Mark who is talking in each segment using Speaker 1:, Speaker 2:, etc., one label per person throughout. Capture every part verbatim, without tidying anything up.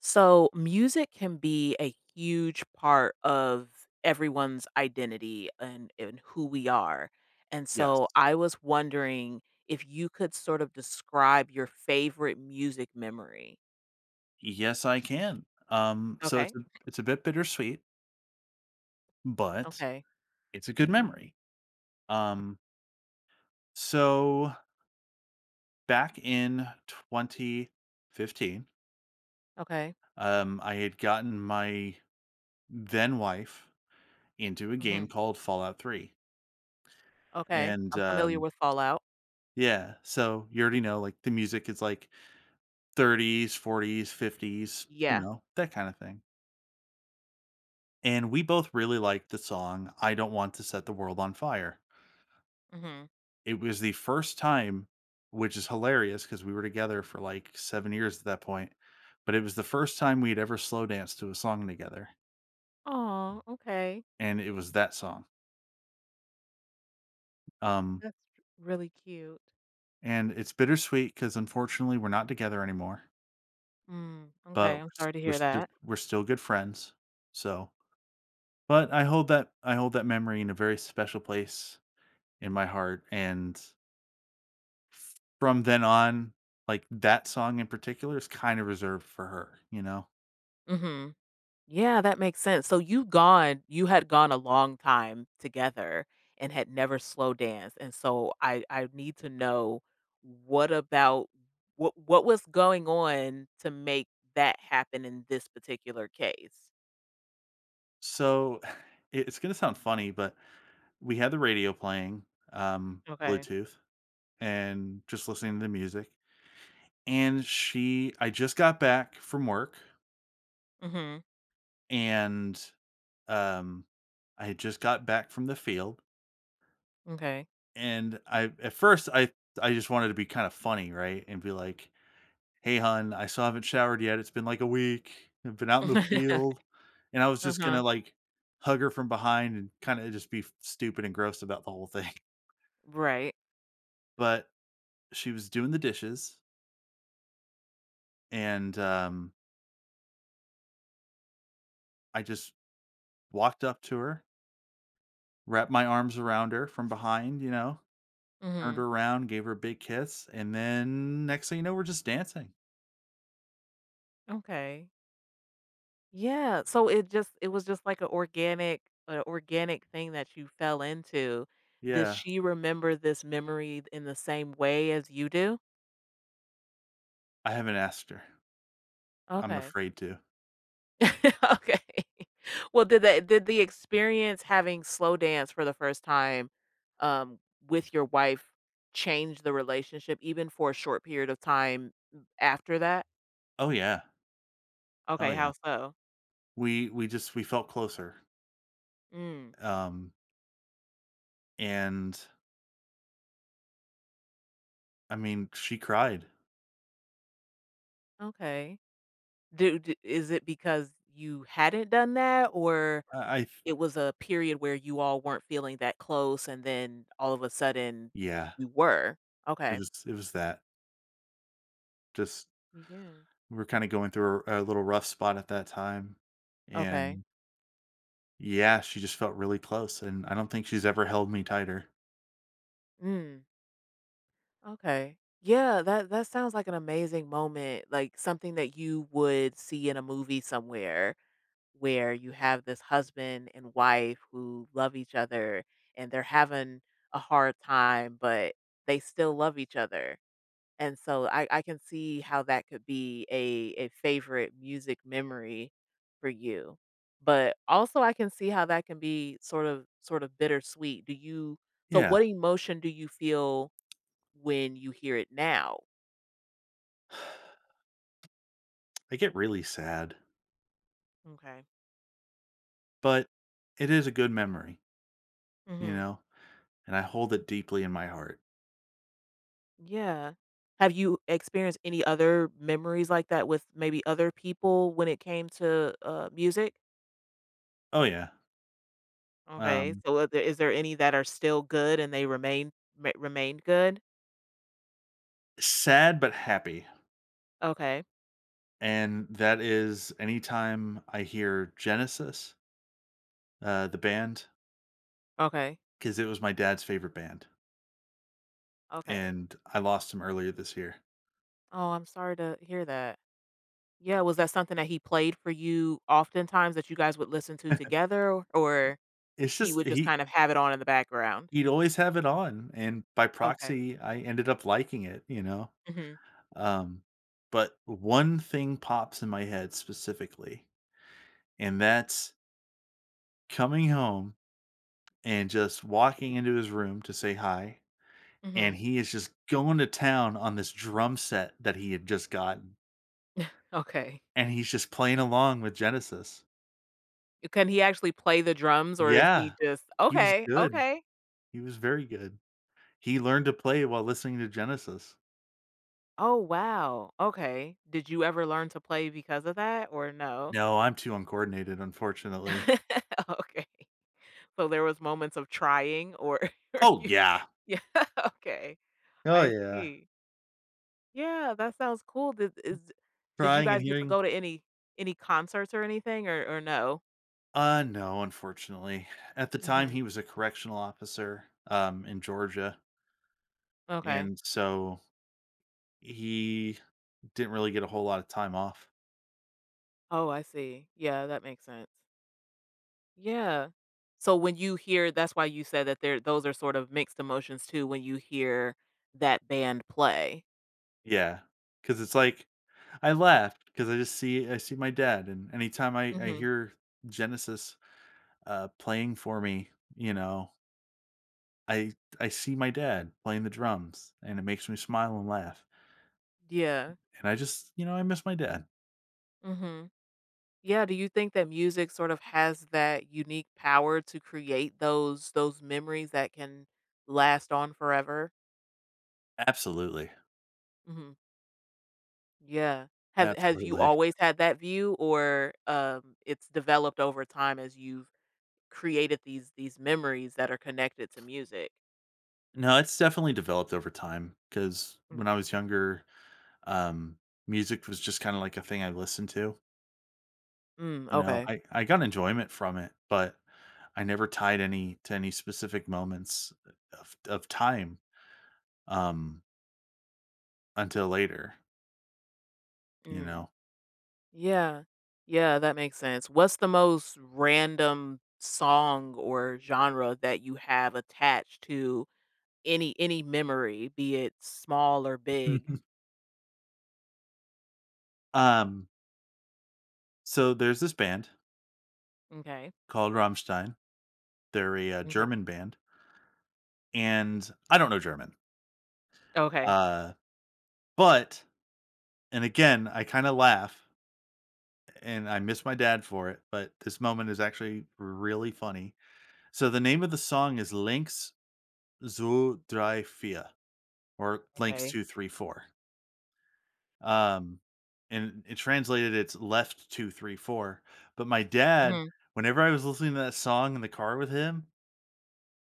Speaker 1: So, music can be a huge part of everyone's identity and, and who we are. And
Speaker 2: Yes.
Speaker 1: so, I was wondering if you could sort of describe your favorite music memory.
Speaker 2: Yes, I can. Um, so it's
Speaker 1: Okay.
Speaker 2: a it's a bit bittersweet, but
Speaker 1: Okay.
Speaker 2: it's a good memory. Um, so back in twenty fifteen,
Speaker 1: Okay.
Speaker 2: um, I had gotten my then wife into a
Speaker 1: hmm
Speaker 2: game called Fallout three.
Speaker 1: Okay.
Speaker 2: And
Speaker 1: I'm familiar
Speaker 2: um,
Speaker 1: with Fallout.
Speaker 2: yeah, so you
Speaker 1: Mm,
Speaker 2: already know, like, the music is like thirties, forties, fifties, you
Speaker 1: Yeah.
Speaker 2: know, that kind of thing. And we both really liked the song I Don't Want to Set the World on Fire.
Speaker 1: hmm
Speaker 2: It was the first time, which is hilarious because we were together for like seven years at that point, but it was the first time we'd ever slow danced to a song together.
Speaker 1: Oh, okay.
Speaker 2: And it was that song. Um,
Speaker 1: That's really cute.
Speaker 2: and it's bittersweet because unfortunately we're not together anymore,
Speaker 1: Mm,
Speaker 2: but
Speaker 1: okay.
Speaker 2: we're,
Speaker 1: I'm
Speaker 2: s-
Speaker 1: sorry to
Speaker 2: we're,
Speaker 1: hear
Speaker 2: st-
Speaker 1: that.
Speaker 2: we're still good friends. So, but I hold that, I hold that memory in a very special place in my heart, and from then on, like, that song in particular is kind of reserved for her, you know?
Speaker 1: hmm Yeah, that makes sense. So you gone you had gone a long time together and had never slow danced. And so I I need to know what about what what was going on to make that happen in this particular case?
Speaker 2: So, it it's gonna sound funny, but we had the radio playing, um,
Speaker 1: Okay.
Speaker 2: Bluetooth, and just listening to the music, and she I just got back from work,
Speaker 1: Mhm.
Speaker 2: and, um, I had just got back from the field,
Speaker 1: Okay.
Speaker 2: and I at first, I I just wanted to be kinda funny, right? And be like, "Hey, hun, I still haven't showered yet. It's been like a week. I've been out in the field." And I was just gonna,
Speaker 1: Uh-huh.
Speaker 2: like, hug her from behind and kinda just be f stupid and gross about the whole thing.
Speaker 1: Right.
Speaker 2: But she was doing the dishes, and, um, I just walked up to her, wrapped my arms around her from behind, you know, turned
Speaker 1: Mhm.
Speaker 2: her around, gave her a big kiss, and then next thing you know, we're just dancing.
Speaker 1: Okay. Yeah, so it just it was just like an organic a organic thing that you fell into. Does
Speaker 2: Yeah.
Speaker 1: she remember this memory in the same way as you do?
Speaker 2: I haven't asked her. I'm
Speaker 1: Okay.
Speaker 2: afraid to.
Speaker 1: Okay. Well, did that did the experience having slow dance for the first time, um, with your wife change the relationship even for a short period of time after that?
Speaker 2: Oh, yeah. Oh,
Speaker 1: Okay,
Speaker 2: yeah.
Speaker 1: how so?
Speaker 2: We we just we felt closer.
Speaker 1: Mm,
Speaker 2: Um And, I mean, she cried.
Speaker 1: okay. Do, do is it because you hadn't done that or
Speaker 2: I I
Speaker 1: it was a period where you all weren't feeling that close, and then all of a sudden
Speaker 2: Yeah,
Speaker 1: you were.
Speaker 2: it
Speaker 1: Okay.
Speaker 2: was it was that. Just
Speaker 1: Yeah.
Speaker 2: we were kinda going through a a little rough spot at that time,
Speaker 1: Okay.
Speaker 2: and yeah, she just felt really close, and I don't think she's ever held me tighter.
Speaker 1: Mm. Okay. Yeah, that that sounds like an amazing moment, like something that you would see in a movie somewhere where you have this husband and wife who love each other and they're having a hard time, but they still love each other. And so I I can see how that could be a a favorite music memory for you. But also I can see how that can be sort of sort of bittersweet. Do you So
Speaker 2: Yeah.
Speaker 1: what emotion do you feel when you hear it now?
Speaker 2: I get really sad,
Speaker 1: Okay.
Speaker 2: but it is a good memory, you
Speaker 1: hmm
Speaker 2: know, and I hold it deeply in my heart.
Speaker 1: Yeah. Have you experienced any other memories like that with maybe other people when it came to uh, music?
Speaker 2: Oh, yeah.
Speaker 1: Okay.
Speaker 2: Um,
Speaker 1: So are there, is there any that are still good and they remain ma- remained good?
Speaker 2: Sad but happy,
Speaker 1: Okay.
Speaker 2: and that is anytime I hear Genesis, uh, the band.
Speaker 1: Okay.
Speaker 2: 'Cause it was my dad's favorite band,
Speaker 1: Okay.
Speaker 2: and I lost him earlier this year.
Speaker 1: Oh, I'm sorry to hear that. Yeah, was that something that he played for you oftentimes that you guys would listen to together, or
Speaker 2: It's
Speaker 1: he
Speaker 2: just
Speaker 1: would just
Speaker 2: he
Speaker 1: kind of have it on in the background?
Speaker 2: he'd always have it on, and by
Speaker 1: Okay.
Speaker 2: proxy, I ended up liking it, you know?
Speaker 1: Mhm.
Speaker 2: Um, but one thing pops in my head specifically, and that's coming home and just walking into his room to say hi, and
Speaker 1: Mhm.
Speaker 2: he is just going to town on this drum set that he had just gotten,
Speaker 1: Okay.
Speaker 2: and he's just playing along with Genesis.
Speaker 1: Can he actually play the drums, or is he
Speaker 2: Yeah,
Speaker 1: just
Speaker 2: he was
Speaker 1: okay,
Speaker 2: good.
Speaker 1: okay.
Speaker 2: He was very good. He learned to play while listening to Genesis.
Speaker 1: Oh, wow. Okay. Did you ever learn to play because of that, or no?
Speaker 2: No, I'm too uncoordinated, unfortunately.
Speaker 1: Okay. So there was moments of trying, or or
Speaker 2: Oh,
Speaker 1: you.
Speaker 2: yeah.
Speaker 1: Yeah, okay.
Speaker 2: Oh,
Speaker 1: I
Speaker 2: yeah.
Speaker 1: see. Yeah, that sounds cool. Did is did you
Speaker 2: Trying and
Speaker 1: guys get to
Speaker 2: hearing.
Speaker 1: go to any any concerts or anything or or no?
Speaker 2: Uh, no, unfortunately. At the time,
Speaker 1: Mhm.
Speaker 2: he was a correctional officer, um, in Georgia,
Speaker 1: Okay.
Speaker 2: and so he didn't really get a whole lot of time off.
Speaker 1: Oh, I see. Yeah, that makes sense. Yeah. So when you hear that's why you said that there those are sort of mixed emotions too when you hear that band play.
Speaker 2: Yeah, because it's like I laughed because I just see I see my dad, and anytime I I
Speaker 1: Mhm.
Speaker 2: hear Genesis, uh, playing for me, you know, I I see my dad playing the drums, and it makes me smile and laugh,
Speaker 1: Yeah.
Speaker 2: and I just you know, I miss my dad.
Speaker 1: Mhm. Yeah, do you think that music sort of has that unique power to create those those memories that can last on forever?
Speaker 2: Absolutely,
Speaker 1: Mhm. Yeah. Have have you
Speaker 2: absolutely.
Speaker 1: always had that view or, um, it's developed over time as you've created these these memories that are connected to music?
Speaker 2: No, it's definitely developed over time. Because
Speaker 1: Mm.
Speaker 2: when I was younger, um, music was just kinda like a thing I listened to,
Speaker 1: Mm,
Speaker 2: you know?
Speaker 1: okay.
Speaker 2: I I got enjoyment from it, but I never tied any to any specific moments of of time, um, until later, you
Speaker 1: Mm.
Speaker 2: know?
Speaker 1: Yeah. Yeah, that makes sense. What's the most random song or genre that you have attached to any any memory, be it small or big?
Speaker 2: Um, so there's this band
Speaker 1: Okay.
Speaker 2: called Rammstein. They're a, uh,
Speaker 1: M'kay.
Speaker 2: German band, and I don't know German,
Speaker 1: Okay.
Speaker 2: uh, but and again, I kinda laugh, and I miss my dad for it, but this moment is actually really funny. So the name of the song is "Links two, drei vier," or "Links
Speaker 1: Okay.
Speaker 2: two three four." Um, and it translated, it's "Left two three four." But my dad,
Speaker 1: Mhm.
Speaker 2: whenever I was listening to that song in the car with him,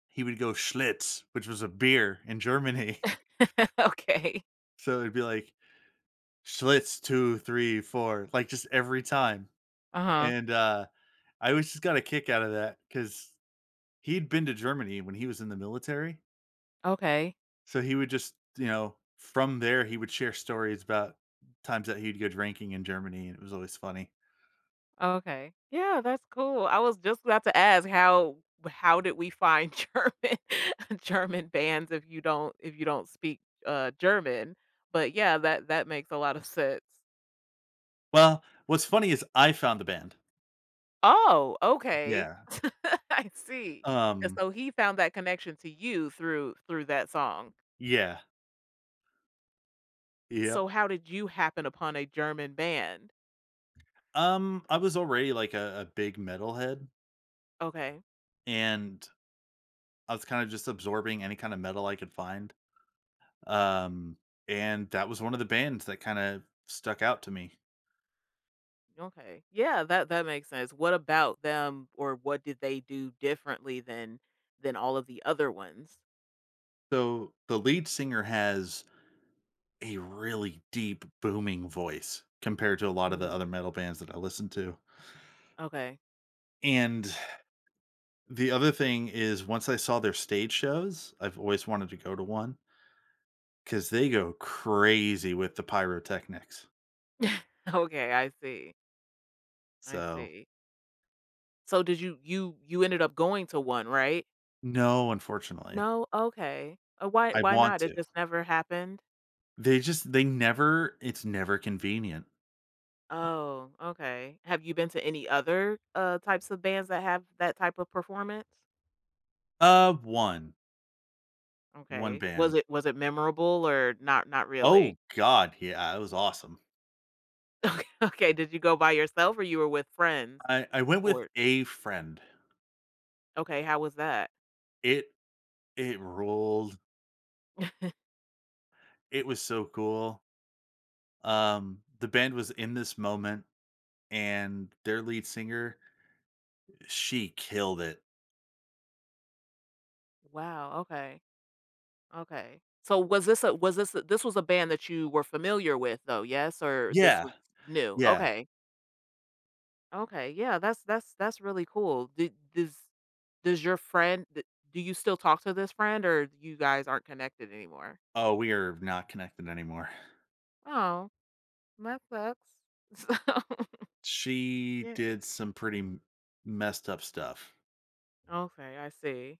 Speaker 2: he would go, "Schlitz," which was a beer in Germany.
Speaker 1: Okay.
Speaker 2: So it'd be like, Schlitz two, three, four, like, just every time,
Speaker 1: Uh-huh.
Speaker 2: and, uh, I always just got a kick out of that because 'cause he'd been to Germany when he was in the military,
Speaker 1: Okay.
Speaker 2: so he would just, you know from there, he would share stories about times that he'd go drinking in Germany, and it was always funny.
Speaker 1: Okay. Yeah, that's cool. I was just about to ask how how did we find German German bands if you don't if you don't speak uh German? But yeah, that that makes a lot of sense.
Speaker 2: Well, what's funny is I found the band.
Speaker 1: Oh, okay.
Speaker 2: Yeah,
Speaker 1: I see. And
Speaker 2: um
Speaker 1: so he found that connection to you through through that song.
Speaker 2: yeah, yep.
Speaker 1: So how did you happen upon a German band?
Speaker 2: Um, I was already, like, a a big metalhead,
Speaker 1: Okay.
Speaker 2: and I was kind of just absorbing any kind of metal I could find. Um, and that was one of the bands that kind of stuck out to me.
Speaker 1: Okay. Yeah, that that makes sense. What about them or what did they do differently than than all of the other ones?
Speaker 2: So the lead singer has a really deep, booming voice compared to a lot of the
Speaker 1: Mm,
Speaker 2: other metal bands that I listen to.
Speaker 1: okay.
Speaker 2: And the other thing is, once I saw their stage shows, I've always wanted to go to one because they go crazy with the pyrotechnics.
Speaker 1: Okay, I see. I
Speaker 2: So,
Speaker 1: see. So did you you you ended up going to one, right?
Speaker 2: no, unfortunately,
Speaker 1: No? Okay. Uh, why
Speaker 2: I
Speaker 1: why
Speaker 2: want
Speaker 1: not? It
Speaker 2: to.
Speaker 1: just never happened?
Speaker 2: They just, they never, it's never convenient.
Speaker 1: Oh, okay. Have you been to any other uh types of bands that have that type of performance?
Speaker 2: Uh, one. One
Speaker 1: Okay. Was
Speaker 2: band.
Speaker 1: it was it memorable or not not
Speaker 2: Oh
Speaker 1: really?
Speaker 2: god, yeah, it was awesome.
Speaker 1: Okay. Okay, did you go by yourself or you were with friends?
Speaker 2: I I went with
Speaker 1: Or
Speaker 2: a friend.
Speaker 1: okay, how was that?
Speaker 2: It it ruled. It was so cool. Um, the band was in this moment, and their lead singer, she killed it.
Speaker 1: Wow, okay. Okay. So was this a was this a this was a band that you were familiar with though, yes? Or this
Speaker 2: Yeah.
Speaker 1: was new?
Speaker 2: Yeah.
Speaker 1: Okay. Okay. Yeah, that's that's that's really cool. Did does does your friend d- do you still talk to this friend or you guys aren't connected anymore?
Speaker 2: Oh, we are not connected anymore.
Speaker 1: Oh, that sucks. So,
Speaker 2: She
Speaker 1: yeah.
Speaker 2: did some pretty m- messed up stuff.
Speaker 1: Okay, I see.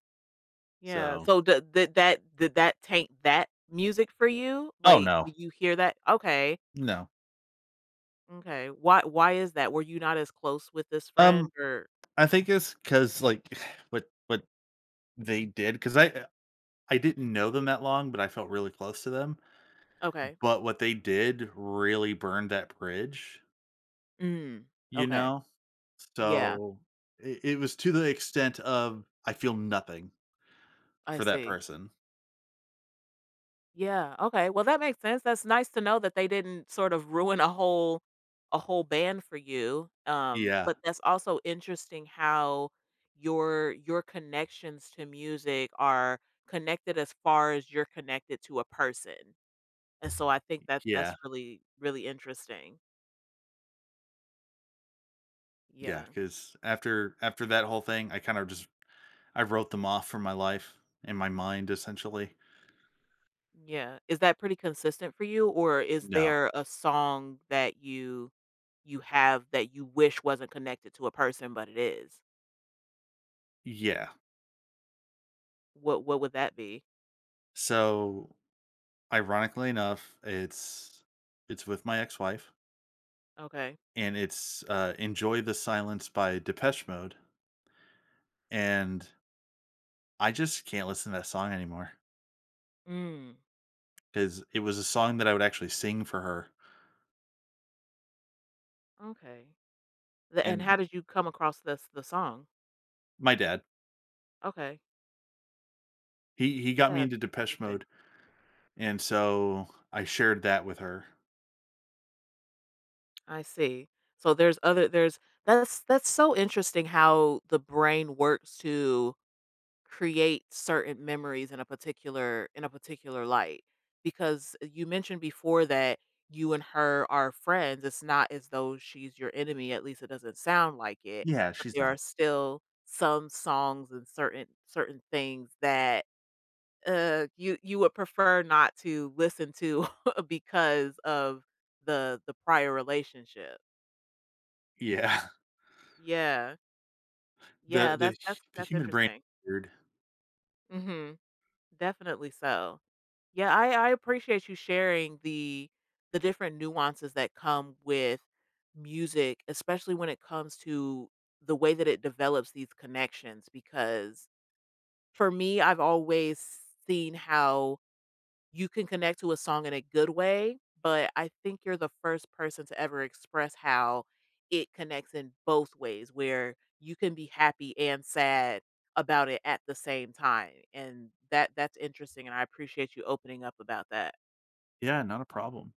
Speaker 1: Yeah.
Speaker 2: So,
Speaker 1: So did, did that did that taint that music for you?
Speaker 2: oh
Speaker 1: Like
Speaker 2: no.
Speaker 1: would you hear that? Okay.
Speaker 2: No.
Speaker 1: Okay. Why why is that? Were you not as close with this
Speaker 2: Um
Speaker 1: friend or
Speaker 2: I think it's cuz, like, what what they did, cuz I I didn't know them that long, but I felt really close to them.
Speaker 1: okay.
Speaker 2: But what they did really burned that bridge,
Speaker 1: Mm,
Speaker 2: you
Speaker 1: okay.
Speaker 2: know?
Speaker 1: Yeah,
Speaker 2: So it, it was to the extent of I feel nothing
Speaker 1: I
Speaker 2: for that
Speaker 1: see.
Speaker 2: person.
Speaker 1: Yeah, okay, well, that makes sense, that's nice to know that they didn't sort of ruin a whole a whole band for you, um,
Speaker 2: Yeah.
Speaker 1: but that's also interesting how your your connections to music are connected as far as you're connected to a person, and so I think that
Speaker 2: Yeah.
Speaker 1: that's really, really interesting.
Speaker 2: Yeah.
Speaker 1: Yeah.
Speaker 2: Cause after after that whole thing, I kind of just I wrote them off from my life and my mind essentially.
Speaker 1: Yeah. Is that pretty consistent for you or is
Speaker 2: No.
Speaker 1: there a song that you you have that you wish wasn't connected to a person but it is?
Speaker 2: Yeah.
Speaker 1: What what would that be?
Speaker 2: So ironically enough, it's it's with my ex-wife,
Speaker 1: Okay.
Speaker 2: and it's uh Enjoy the Silence by Depeche Mode. And I just can't listen to that song anymore
Speaker 1: Mm.
Speaker 2: because it was a song that I would actually sing for her.
Speaker 1: Okay. The, and how
Speaker 2: And
Speaker 1: did you come across this the song?
Speaker 2: my dad,
Speaker 1: Okay.
Speaker 2: he he got me
Speaker 1: Yeah,
Speaker 2: into
Speaker 1: that's
Speaker 2: Depeche
Speaker 1: interesting.
Speaker 2: Mode, and so I shared that with her.
Speaker 1: I see. So there's other there's that's that's so interesting how the brain works to create certain memories in a particular in a particular light because you mentioned before that you and her are friends, it's not as though she's your enemy, at least it doesn't sound like it,
Speaker 2: Yeah,
Speaker 1: but
Speaker 2: she's
Speaker 1: there are
Speaker 2: not.
Speaker 1: still some songs and certain certain things that uh you you would prefer not to listen to because of the the prior relationship,
Speaker 2: Yeah.
Speaker 1: yeah,
Speaker 2: The
Speaker 1: yeah,
Speaker 2: the hu
Speaker 1: that's that's
Speaker 2: the
Speaker 1: that's
Speaker 2: human brain
Speaker 1: interesting.
Speaker 2: is weird.
Speaker 1: Mhm. Definitely so. Yeah, I I appreciate you sharing the the different nuances that come with music, especially when it comes to the way that it develops these connections because for me, I've always seen how you can connect to a song in a good way, but I think you're the first person to ever express how it connects in both ways, where you can be happy and sad about it at the same time. And that that's interesting and I appreciate you opening up about that.
Speaker 2: Yeah, not a problem.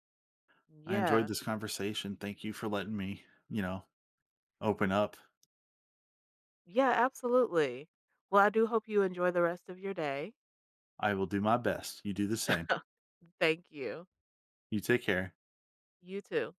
Speaker 2: I enjoyed
Speaker 1: Yeah.
Speaker 2: this conversation. Thank you for letting me, you know, open up.
Speaker 1: Yeah, absolutely. Well, I do hope you enjoy the rest of your day.
Speaker 2: I will do my best. You do the same.
Speaker 1: Thank you.
Speaker 2: You take care.
Speaker 1: You too.